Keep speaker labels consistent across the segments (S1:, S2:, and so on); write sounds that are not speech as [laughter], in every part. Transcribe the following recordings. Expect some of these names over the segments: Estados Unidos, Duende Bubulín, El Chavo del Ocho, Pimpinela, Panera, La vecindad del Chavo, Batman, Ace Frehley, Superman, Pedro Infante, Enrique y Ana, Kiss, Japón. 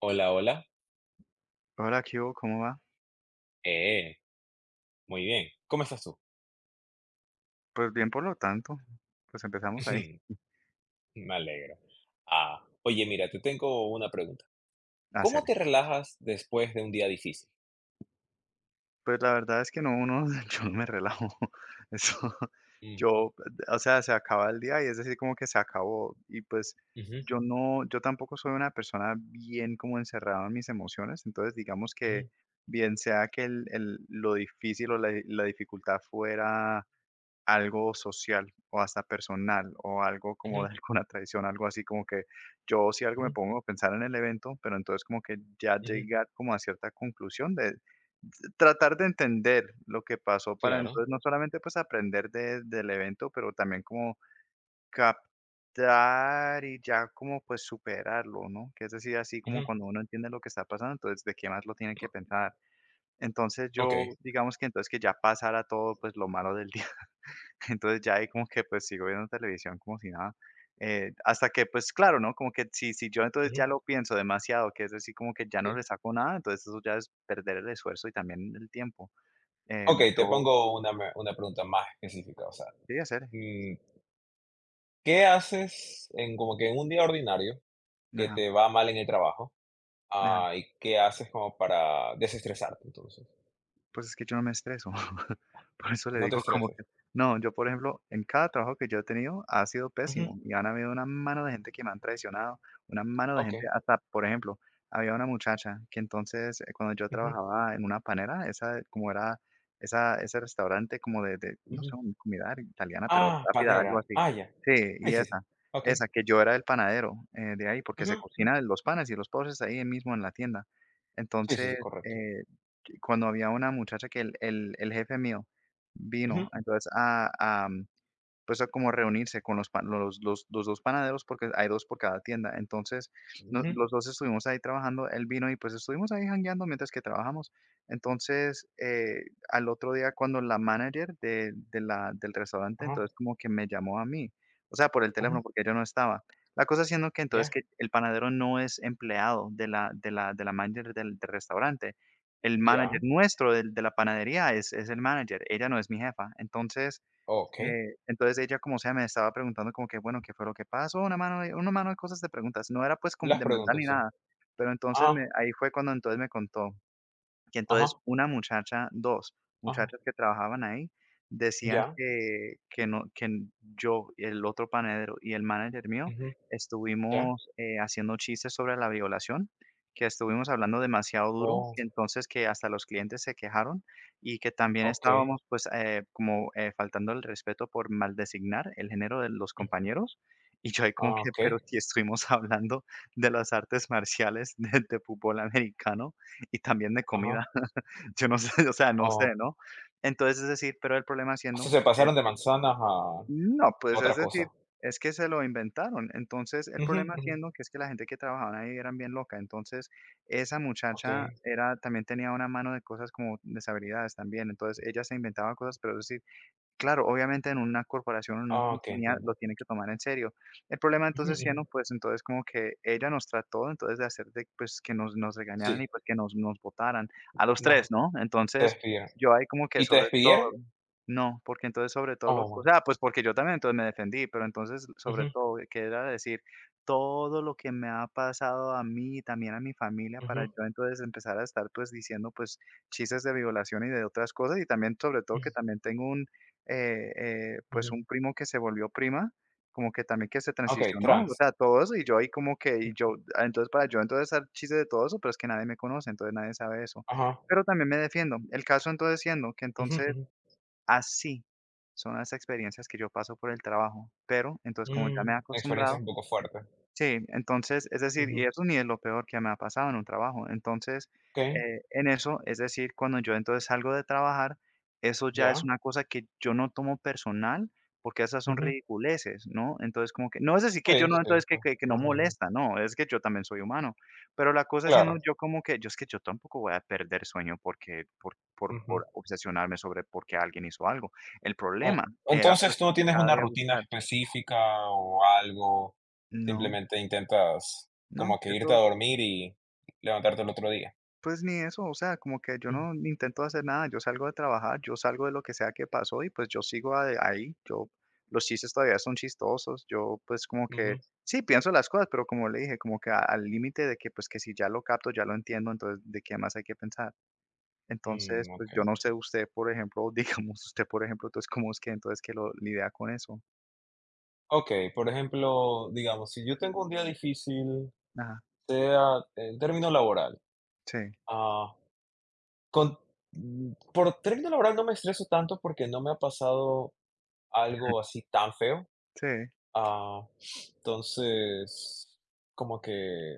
S1: Hola, hola.
S2: Hola, ¿qué hubo? ¿Cómo va?
S1: Eh, muy bien. ¿Cómo estás tú?
S2: Pues bien, por lo tanto, pues empezamos ahí.
S1: [laughs]
S2: [laughs]
S1: Me alegro. Ah, oye, mira, te tengo una pregunta. ¿Cómo te
S2: Hácele.
S1: relajas después de un día difícil?
S2: Pues la verdad es que no, uno, [laughs] yo no me relajo. [laughs] Eso,
S1: Mm,
S2: yo, o sea, se acaba el día y es decir, como que se acabó. Y pues
S1: ujú,
S2: yo tampoco soy una persona bien como encerrada en mis emociones. Entonces, digamos que
S1: ujú,
S2: bien sea que lo difícil o la dificultad fuera algo social o hasta personal o algo como
S1: ujú,
S2: de [laughs] alguna tradición, algo así como que yo, si algo, me
S1: ujú,
S2: pongo a pensar en el evento, pero entonces como que ya
S1: ujú,
S2: llegar como a cierta conclusión de tratar de entender lo que pasó, para
S1: claro.
S2: entonces no solamente pues aprender de del evento, pero también como captar y ya como pues superarlo, ¿no? Que es decir, así como
S1: Ujú,
S2: cuando uno entiende lo que está pasando, entonces de qué más lo tienen que pensar. Entonces
S1: ok.
S2: yo digamos que entonces que ya pasara todo pues lo malo del [laughs] día. Entonces ya ahí como que pues sigo viendo televisión como si nada. Hasta que, pues claro, ¿no? Como que si, si yo entonces
S1: Ujú,
S2: ya lo pienso demasiado, que es decir, como que ya no
S1: sí.
S2: le saco nada, entonces eso ya es perder el esfuerzo y también el tiempo.
S1: Ok,
S2: Em,
S1: te
S2: yo,
S1: pongo una, una pregunta más específica. O sea,
S2: sí, hacer.
S1: mm, ¿qué haces en como que en un día ordinario que
S2: Ajá,
S1: te va mal en el trabajo?
S2: ajá.
S1: Ah, ¿y qué haces como para desestresarte entonces?
S2: Pues es que yo no me estreso. [laughs] Por eso le
S1: No te
S2: digo como
S1: estreses.
S2: que no, yo, por ejemplo, en cada trabajo que yo he tenido ha sido
S1: Ujú,
S2: pésimo y han habido una mano de gente que me han traicionado, una mano de gente
S1: ok.
S2: hasta. Por ejemplo, había una muchacha que entonces, cuando yo
S1: Ujú,
S2: trabajaba en una Panera, esa como era esa ese restaurante como de, no sé,
S1: ujú.
S2: una comida italiana, pero
S1: Ah,
S2: rápida, algo
S1: Panera.
S2: así.
S1: Ah, ya.
S2: Sí,
S1: Sí,
S2: y
S1: sí, sí.
S2: esa
S1: Okey.
S2: que yo era el panadero de ahí, porque
S1: Ujú,
S2: se
S1: ujú.
S2: cocinan los panes y los postres ahí mismo en la tienda.
S1: Sí, sí,
S2: Entonces,
S1: sí, correcto.
S2: eh que cuando había una muchacha, que el jefe mío
S1: Ujú,
S2: vino entonces a, am, pues, a como reunirse con los pa los 2 panaderos, porque hay 2 por cada tienda. Entonces, no,
S1: ujú,
S2: los 2 estuvimos ahí trabajando, él vino y, pues, estuvimos ahí jangueando mientras que trabajamos. Entonces, al otro día, cuando la manager de la del restaurante
S1: ajá,
S2: entonces como que me llamó a mí, o sea, por el teléfono,
S1: ujú.
S2: porque yo no estaba. La cosa siendo que entonces
S1: Ya,
S2: que el panadero no es empleado de la manager del restaurante. El manager
S1: ya,
S2: nuestro del de la panadería es el manager, ella no es mi jefa. Entonces,
S1: okey.
S2: entonces ella como sea me estaba preguntando como que bueno, ¿qué fue lo que pasó? Una mano de cosas, de preguntas. No era pues com
S1: Las
S2: de ni
S1: preguntas, sí.
S2: nada, pero entonces me
S1: Ah,
S2: ahí fue cuando entonces me contó que entonces
S1: ajá,
S2: una muchacha, 2
S1: ajá.
S2: muchachas que trabajaban ahí, decían
S1: Ya,
S2: que no que n yo, el otro panadero y el manager mío
S1: ujú, ya.
S2: estuvimos haciendo chistes sobre la violación, que estuvimos hablando demasiado duro,
S1: Oh,
S2: que entonces que hasta los clientes se quejaron, y que también
S1: okey.
S2: estábamos pues faltando el respeto por maldesignar el género de los
S1: Mm,
S2: compañeros. Y yo ahí como
S1: ah,
S2: que,
S1: okey,
S2: pero si estuvimos [laughs] hablando de las artes marciales, de fútbol americano y también de
S1: ajá.
S2: comida. [laughs] Yo no sé, o sea, no sé,
S1: Oh,
S2: ¿no? Entonces, es decir, pero el problema
S1: o
S2: siendo
S1: sea, se pasaron de
S2: que
S1: manzanas a
S2: no,
S1: a
S2: pues, es
S1: otra
S2: decir,
S1: cosa.
S2: es que se lo inventaron. Entonces, el
S1: Ujú,
S2: problema
S1: ujú.
S2: siendo que es que la gente que trabajaba ahí eran bien loca. Entonces, esa muchacha
S1: Okey.
S2: era, también tenía una mano de cosas como deshabilidades también. Entonces, ella se inventaba cosas, pero eso sí. Claro, obviamente en una corporación, en una
S1: Ah, okey,
S2: compañía, lo
S1: entiendo.
S2: tiene que tomar en serio. El problema
S1: Ujú,
S2: entonces
S1: ujú.
S2: siendo pues entonces como que ella nos trató entonces de hacer de, pues, que nos regañaran
S1: Sí,
S2: y pues que nos votaran a los 3,
S1: no,
S2: ¿no?
S1: te
S2: Entonces,
S1: despidieron.
S2: yo ahí como que
S1: ¿Y te
S2: sobre todo
S1: despidieron?
S2: no, porque entonces sobre todo lo,
S1: Oh,
S2: o
S1: bueno.
S2: sea, pues porque yo también entonces me defendí, pero entonces sobre
S1: Ujú,
S2: todo que era decir todo lo que me ha pasado a mí y también a mi familia, para
S1: ujú,
S2: yo entonces empezar a estar pues diciendo pues chistes de violación y de otras cosas, y también sobre todo que
S1: ujú,
S2: también tengo un pues,
S1: ujú.
S2: un primo que se volvió prima, como que también que se
S1: Okey,
S2: transicionó, o
S1: trans.
S2: sea, todo eso. Y yo ahí como que, entonces, para yo entonces hacer chiste de todo eso, pero es que nadie me conoce, entonces nadie sabe eso.
S1: Ajá.
S2: Pero también me defiendo. El caso entonces siendo que
S1: Ujú,
S2: entonces
S1: ujú.
S2: así son las experiencias que yo paso por el trabajo, pero entonces como ya me he
S1: Mm, experiencias
S2: acostumbrado.
S1: un poco fuertes.
S2: Sí, entonces, es decir, y
S1: Ujú.
S2: eso ni es lo peor que me ha pasado en un trabajo. Entonces,
S1: Okey,
S2: en eso, es decir, cuando yo entonces salgo de trabajar, eso ya es
S1: ya.
S2: una cosa que yo no tomo personal, porque esas son
S1: Ujú.
S2: ridiculeces, ¿no? Entonces, como que no es decir que yo
S1: Sí,
S2: no,
S1: sí,
S2: entonces
S1: sí,
S2: que no
S1: imagino.
S2: molesta, no, es que yo también soy humano. Pero la cosa siendo,
S1: Claro.
S2: yo como que, yo es que yo tampoco voy a perder sueño porque, por, por,
S1: Ujú.
S2: por obsesionarme sobre por qué alguien hizo algo. El
S1: Oh,
S2: problema era pues
S1: entonces, ¿tú no tienes
S2: cada
S1: una
S2: día
S1: rutina
S2: buscar.
S1: específica o algo?
S2: No,
S1: Simplemente intentas
S2: no,
S1: como que irte a
S2: eso.
S1: dormir y levantarte el otro día.
S2: Pues ni eso, o sea, como que yo
S1: Ujú,
S2: no intento hacer nada, yo salgo de trabajar, yo salgo de lo que sea que pasó y pues yo sigo ahí, los chistes todavía son chistosos, yo pues como que
S1: ujú.
S2: sí, pienso las cosas, pero como le dije, como que al límite de que pues que si ya lo capto, ya lo entiendo, entonces de qué más hay que pensar. Entonces,
S1: Mm,
S2: pues
S1: okey.
S2: yo no sé usted, por ejemplo, [laughs] digamos usted, por ejemplo, entonces cómo es que entonces que lo lidia con eso.
S1: Okey, por ejemplo, digamos, si yo tengo un día difícil,
S2: Ajá,
S1: sea en término laboral,
S2: sí,
S1: ah Con por término laboral no me estreso tanto porque no me ha pasado algo así tan feo.
S2: sí,
S1: Ah, entonces, como que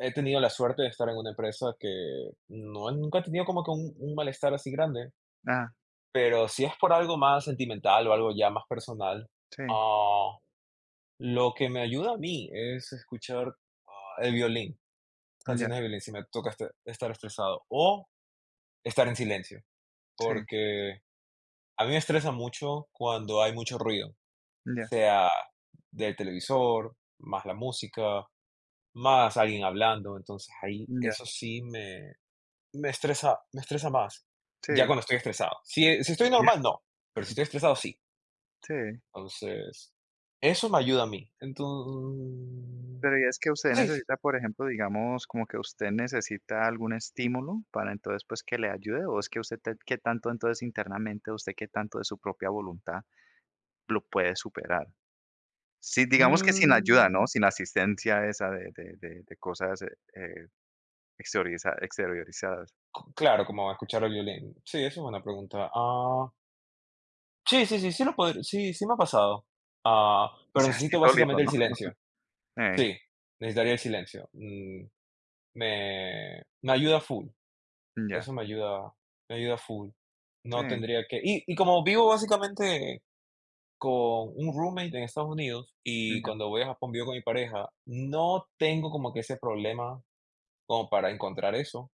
S1: he tenido la suerte de estar en una empresa que no nunca he tenido como que un malestar así grande,
S2: ajá,
S1: pero si es por algo más sentimental o algo ya más personal,
S2: sí,
S1: ah, lo que me ayuda a mí es escuchar, el violín,
S2: ya,
S1: canciones de violín, si me toca este estar estresado o estar en silencio,
S2: sí,
S1: porque a mí me estresa mucho cuando hay mucho ruido,
S2: ya,
S1: sea del televisor, más la música, más alguien hablando, entonces ahí
S2: ya,
S1: eso sí me estresa me estresa más, ya
S2: sí,
S1: cuando estoy estresado. Si estoy
S2: ya,
S1: normal, no, pero si estoy estresado, sí.
S2: sí.
S1: Entonces, eso me ayuda a mí. Entonces
S2: Pero y es que usted
S1: sí, sí.
S2: necesita, por ejemplo, digamos, como que usted necesita algún estímulo para entonces pues que le ayude, o es que usted te- qué tanto entonces internamente, usted qué tanto de su propia voluntad lo puede superar. Sí, digamos que sin ayuda,
S1: mm,
S2: ¿no? Sin asistencia esa de cosas, eh, exteriorizadas.
S1: claro, como escuchar el violín. Sí, eso es buena pregunta. Ah, sí, sí, sí, sí lo podr sí, sí me ha pasado,
S2: O
S1: pero
S2: sea, así
S1: necesito
S2: solito,
S1: básicamente el
S2: ¿no? [laughs]
S1: silencio.
S2: Eh,
S1: Sí, necesitaría el silencio. Mm, me ayuda full,
S2: ya,
S1: eso me ayuda full.
S2: sí,
S1: No tendría que y como vivo básicamente con un roommate en Estados Unidos, y
S2: ya.
S1: cuando voy a Japón vivo con mi pareja, no tengo como que ese problema como para encontrar eso.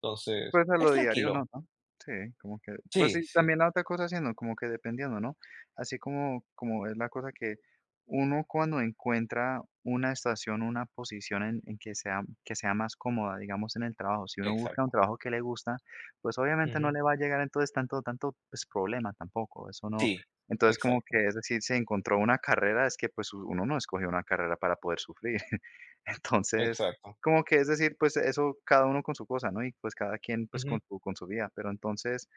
S1: Entonces,
S2: Pues a
S1: es
S2: lo diario no,
S1: tranquilo.
S2: ¿no? Sí, como que pues sí,
S1: Sí, sí,
S2: también la otra cosa, sino como que dependiendo, ¿no? Así como como es la cosa que uno, cuando encuentra una estación, una posición en que sea más cómoda, digamos, en el trabajo, si uno busca un
S1: exacto.
S2: trabajo que le gusta, pues obviamente no
S1: Ujú.
S2: le va a llegar entonces tanto, pues, problema tampoco, eso no.
S1: Sí,
S2: Entonces, como
S1: exacto,
S2: que es decir, se encontró una carrera. Es que pues u- uno no escogió una carrera para poder sufrir. Entonces,
S1: exacto.
S2: como que es decir, pues eso cada uno con su cosa, ¿no? Y pues cada quien pues
S1: Ujú,
S2: con su vida. Pero entonces,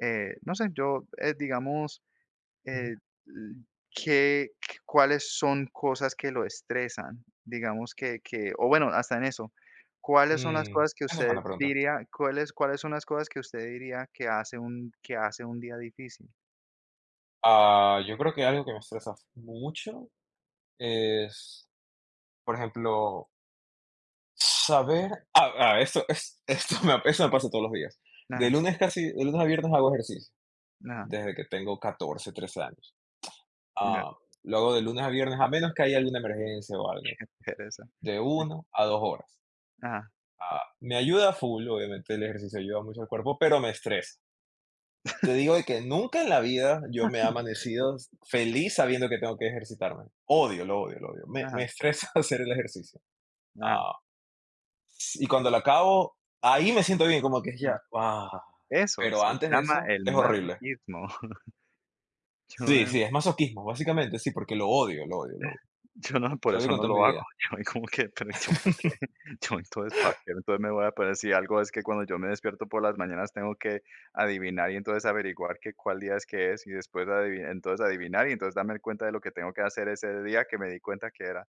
S2: no sé, yo digamos,
S1: ujú.
S2: eh, l- cuáles son cosas que lo estresan? Digamos que, o bueno, hasta en eso, ¿cuáles son las
S1: Mm,
S2: cosas que
S1: esa es
S2: usted
S1: buena pregunta.
S2: diría, cuáles, cuáles son las cosas que usted diría que hace un día difícil?
S1: Ah, yo creo que algo que me estresa mucho es, por ejemplo, saber, [laughs] eso me pasa todos los días.
S2: Nada,
S1: De lunes a viernes hago ejercicio,
S2: nada,
S1: desde que tengo 14 13 años.
S2: ya,
S1: Ah, lo hago de lunes a viernes, a menos que haya alguna emergencia o algo,
S2: [laughs] pereza.
S1: de
S2: Sí.
S1: 1 a 2 horas.
S2: Ajá,
S1: Ah, me ayuda full, obviamente el ejercicio ayuda mucho al cuerpo, pero me estresa. Te digo de que nunca en la vida yo me he amanecido feliz sabiendo que tengo que ejercitarme. Odio, lo odio, lo odio. Me,
S2: ajá,
S1: me estresa [laughs] hacer el ejercicio.
S2: ajá,
S1: Ah, Y cuando la acabo, ahí me siento bien, como que es ya,
S2: ajá.
S1: ah,
S2: Eso
S1: pero
S2: se
S1: antes de
S2: llama
S1: eso
S2: el
S1: es horrible.
S2: masoquismo. [laughs] Yo,
S1: Sí,
S2: eh,
S1: sí, es masoquismo, básicamente, sí, porque lo odio, lo odio, lo odio.
S2: yo no, por
S1: Lo odio
S2: eso
S1: con
S2: no
S1: toda mi
S2: lo hago.
S1: vida.
S2: [laughs] Yo ahí como que, pero yo para qué, [laughs] yo entonces para qué, entonces me voy a poner. Si algo, es que cuando yo me despierto por las mañanas tengo que adivinar y entonces averiguar que cuál día es que es, y después entonces adivinar y entonces darme cuenta de lo que tengo que hacer ese día, que me di cuenta que era.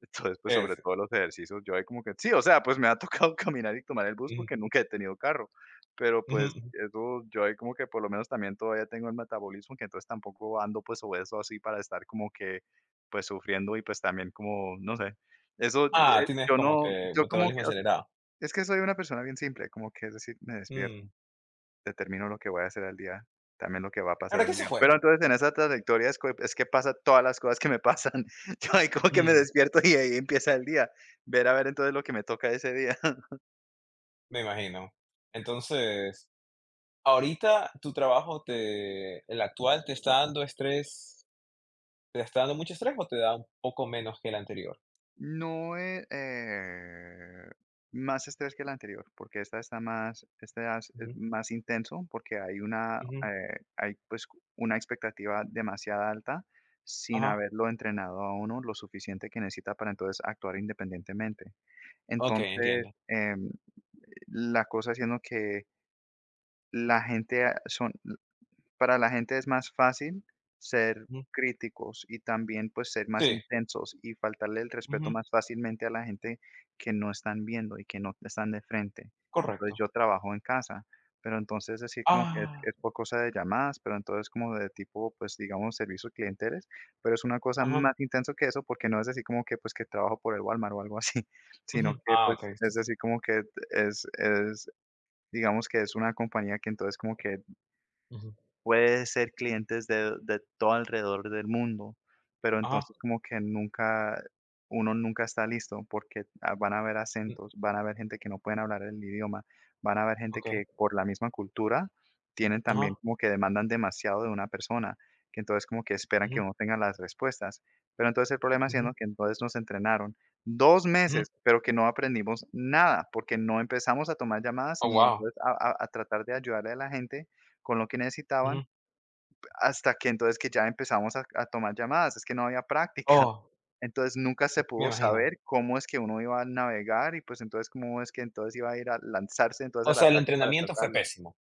S2: Entonces, pues, sobre
S1: Ejerce.
S2: todo los ejercicios, yo ahí como que sí, o sea, pues, me ha tocado [laughs] caminar y tomar el bus
S1: Ujú,
S2: porque nunca he tenido carro, pero
S1: ujú,
S2: pues
S1: ujú.
S2: eso, yo ahí como que por lo menos también todavía tengo el metabolismo, que entonces tampoco ando pues obeso así para estar como que pues sufriendo, y pues también como, no sé, eso. Eh,
S1: Ah, tienes
S2: yo
S1: como
S2: no,
S1: que
S2: yo como
S1: metabolismo
S2: que, o sea,
S1: acelerado.
S2: es que soy una persona bien simple, como que es decir, me despierto.
S1: Mm.
S2: Determino lo que voy a hacer al día, también lo que va a
S1: La
S2: pasar
S1: verdad que
S2: al
S1: eso
S2: día.
S1: es
S2: Pero
S1: bueno.
S2: entonces en esa trayectoria es cue es que pasa todas las cosas que me pasan. [laughs] Yo ahí como que me
S1: Mm,
S2: despierto y ahí empieza el día. Ver a ver entonces lo que me toca ese día. [laughs]
S1: me imagino. Entonces, ahorita tu trabajo el actual te está dando estrés, te está dando mucho estrés o te da un poco menos que el anterior.
S2: No, es más estrés que el anterior, porque esta es
S1: Ujú,
S2: más intenso, porque hay
S1: ujú,
S2: una expectativa demasiado alta sin
S1: ajá.
S2: haberlo entrenado a uno lo suficiente que necesita para entonces actuar independientemente.
S1: Ok,
S2: Entonces,
S1: entiendo.
S2: la cosa siendo que la gente, ah, son para la gente es más fácil ser
S1: Ujú,
S2: críticos y también, pues, ser más
S1: sí.
S2: intensos y faltarle el respeto más fácilmente a la gente que no están viendo y que no están de frente. Entonces,
S1: Correcto.
S2: yo trabajo en casa, pero entonces decir como que es
S1: Ah,
S2: es por cosa de llamadas, pero entonces como de tipo, pues, digamos, servicios clienteles, pero es una cosa
S1: ajá,
S2: más intenso que eso, porque no es decir como que, pues, que trabajo por el Walmart o algo así, [laughs]
S1: ujú.
S2: sino que,
S1: Ah,
S2: pues,
S1: okey, sí,
S2: es
S1: sí.
S2: decir como que es digamos que es una compañía que entonces como que
S1: Ujú.
S2: puede ser clientes de todo alrededor del mundo, pero
S1: Ajá,
S2: entonces como que nunca uno nunca está listo porque, van a haber
S1: mm,
S2: acentos, van a haber gente que no pueden hablar el idioma, van a haber gente que
S1: okey.
S2: por la misma cultura tienen también
S1: Ajá,
S2: como que demandan demasiado de una persona, que entonces como que esperan que
S1: ujú,
S2: uno tenga las respuestas. Pero entonces el problema siendo
S1: ujú,
S2: que entonces nos entrenaron dos
S1: ujú.
S2: meses, pero que no aprendimos nada, porque no empezamos a tomar llamadas
S1: Oh,
S2: ni
S1: wow.
S2: entonces a tratar de ayudarle a la gente con lo que necesitaban.
S1: Ujú.
S2: Hasta que entonces que ya empezamos a tomar llamadas, es que no había práctica. [laughs]
S1: Oh,
S2: Entonces nunca se
S1: me
S2: pudo
S1: imagino.
S2: saber cómo es que uno iba a navegar y pues entonces cómo es que entonces iba a ir a lanzarse entonces
S1: O
S2: al
S1: sea, el
S2: ataque para
S1: entrenamiento fue
S2: tratarlo.
S1: pésimo,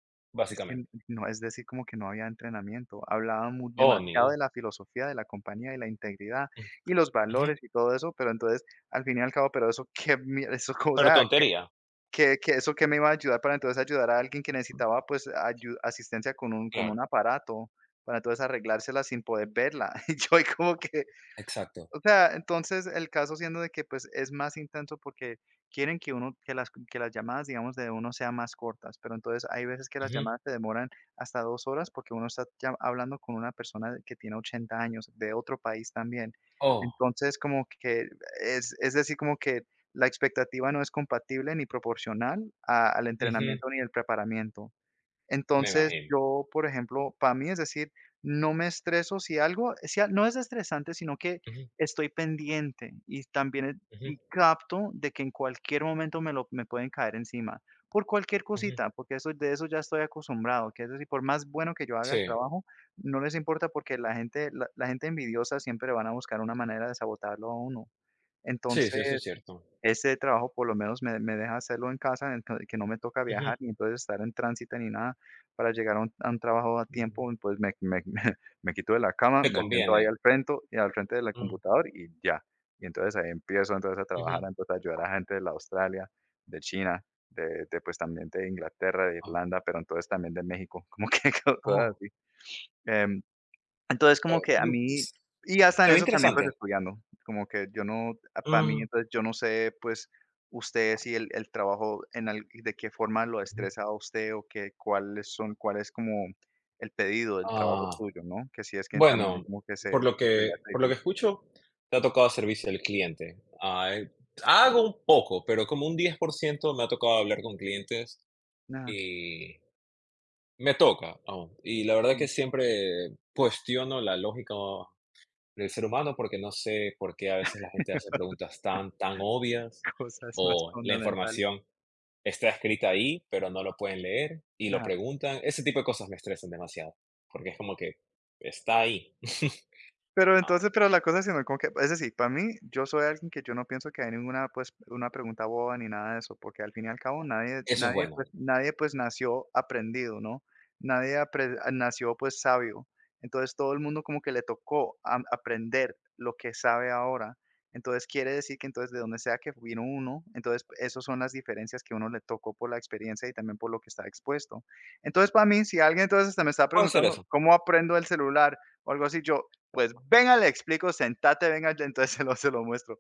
S2: Es que
S1: básicamente.
S2: no, es decir, como que no había entrenamiento. Hablaba mu
S1: Oh, ni
S2: demasiado de
S1: u,
S2: la filosofía de la compañía y la integridad
S1: ujú.
S2: y los
S1: Ujú.
S2: valores y todo eso, pero entonces al fin y al cabo, pero eso [laughs] qué mier eso
S1: Pero
S2: cosa
S1: tontería,
S2: que eso que me iba a ayudar para entonces ayudar a alguien que necesitaba, pues, ayu asistencia con un
S1: claro.
S2: aparato, para entonces arreglársela sin poder verla. [laughs] Y yo ahí como que
S1: Exacto.
S2: o sea, entonces el caso siendo de que, pues, es más intenso porque quieren que uno que las llamadas, digamos, de uno sean más cortas, pero entonces hay veces que las
S1: Ujú.
S2: llamadas te demoran hasta 2 horas porque uno está ya hablando con una persona que tiene 80 años, de otro país también.
S1: Oh,
S2: Entonces, como que es decir, como que la expectativa no es compatible ni proporcional a al
S1: ujú,
S2: entrenamiento ni el preparamiento.
S1: me
S2: Entonces,
S1: imagino.
S2: yo, por ejemplo, para mí, es decir, no me estreso si algo, si no es estresante, sino que
S1: Ujú,
S2: estoy pendiente y también
S1: ujú,
S2: y capto de que en cualquier momento me pueden caer encima por cualquier
S1: ujú.
S2: cosita, porque eso de eso ya estoy acostumbrado, que es decir, por más bueno que yo haga el
S1: Sí,
S2: trabajo, no les importa porque la gente envidiosa siempre van a buscar una manera de sabotarlo a uno.
S1: sí, sí,
S2: Entonces,
S1: eso es cierto.
S2: este trabajo por lo menos me deja hacerlo en casa, en que no me toca
S1: Ujú,
S2: viajar, ni entonces estar en tránsito ni nada para llegar a un trabajo a
S1: mm,
S2: tiempo, pues me [laughs] me quito de la cama,
S1: te
S2: me siento ahí
S1: conviene.
S2: al frente del
S1: Mm,
S2: computador y ya. Y entonces ahí empiezo entonces a trabajar,
S1: ujú.
S2: entonces a ayudar a gente de la Australia, de China, de, pues, también de Inglaterra, de
S1: Oh,
S2: Irlanda, pero entonces también de México, [laughs] como que cosas
S1: oh,
S2: así. Em, entonces, como
S1: eh,
S2: que a
S1: mm,
S2: mí y hasta en
S1: se ve
S2: eso también, pues,
S1: interesante.
S2: estudiando, como que yo no para mí,
S1: Mm,
S2: entonces, yo no sé, pues, usted
S1: okey.
S2: si el trabajo en al de qué forma lo estresa a usted o qué cuál es como el pedido del trabajo
S1: Ah,
S2: suyo, ¿no? Que si es que también
S1: bueno,
S2: como que se
S1: por lo
S2: se le
S1: que
S2: hace
S1: por lo que
S2: difícil.
S1: escucho, te ha tocado servicio al cliente. Ah, hago un poco, pero como un 10% me ha tocado hablar con clientes
S2: Nada
S1: y me toca aún. Y la verdad que
S2: en
S1: siempre cuestiono la lógica del ser humano porque no sé por qué a veces la gente hace preguntas tan, tan obvias
S2: [laughs] cosas más
S1: o la
S2: fundamentales.
S1: información está escrita ahí, pero no lo pueden leer y lo
S2: Ah.
S1: preguntan. Ese tipo de cosas me estresan demasiado porque es como que está ahí.
S2: Pero entonces,
S1: [laughs]
S2: pero la cosa es como que, es decir, para mí, yo soy alguien que yo no pienso que hay ninguna, pues, una pregunta boba ni nada de eso, porque al fin y al cabo nadie,
S1: Eso es
S2: nadie,
S1: bueno.
S2: pues, nadie, pues, nació aprendido, ¿no? Nadie nació, pues, sabio. Entonces, todo el mundo como que le tocó aprender lo que sabe ahora. Entonces, quiere decir que entonces, de donde sea que vino uno, entonces, esas son las diferencias que uno le tocó por la experiencia y también por lo que está expuesto. Entonces, para mí, si alguien entonces hasta me está
S1: Puede ser
S2: preguntando,
S1: eso.
S2: ¿cómo aprendo el celular? O algo así. Yo, pues, venga, le explico, sentate, venga, entonces [laughs] se lo muestro.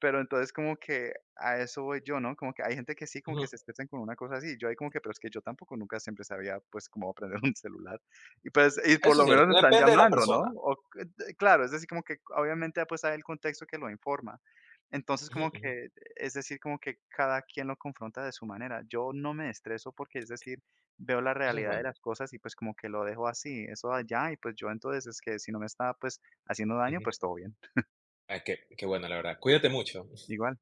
S2: Pero entonces como que a eso voy yo, ¿no? Como que hay gente que sí, como que
S1: Ujú.
S2: se estresan con una cosa así, yo ahí como que, pero es que yo tampoco nunca siempre sabía, pues, cómo aprender [laughs] un celular. Y pues, y por
S1: Eso
S2: lo
S1: es
S2: menos
S1: cierto.
S2: me están
S1: Depende de la
S2: llamando, ¿no?
S1: persona.
S2: O que de claro, es decir, como que obviamente, pues, hay el contexto que lo informa. Entonces,
S1: Ujú,
S2: como
S1: ujú.
S2: que, es decir, como que cada quien lo confronta de su manera. Yo no me estreso porque, es decir, veo la
S1: Eso es
S2: realidad de
S1: bueno.
S2: las cosas y pues como que lo dejo así, eso allá y pues yo entonces es que si no me está pues haciendo daño,
S1: Ujú.
S2: pues todo bien,
S1: Ay, qué bueno, la verdad. Cuídate mucho.
S2: igual.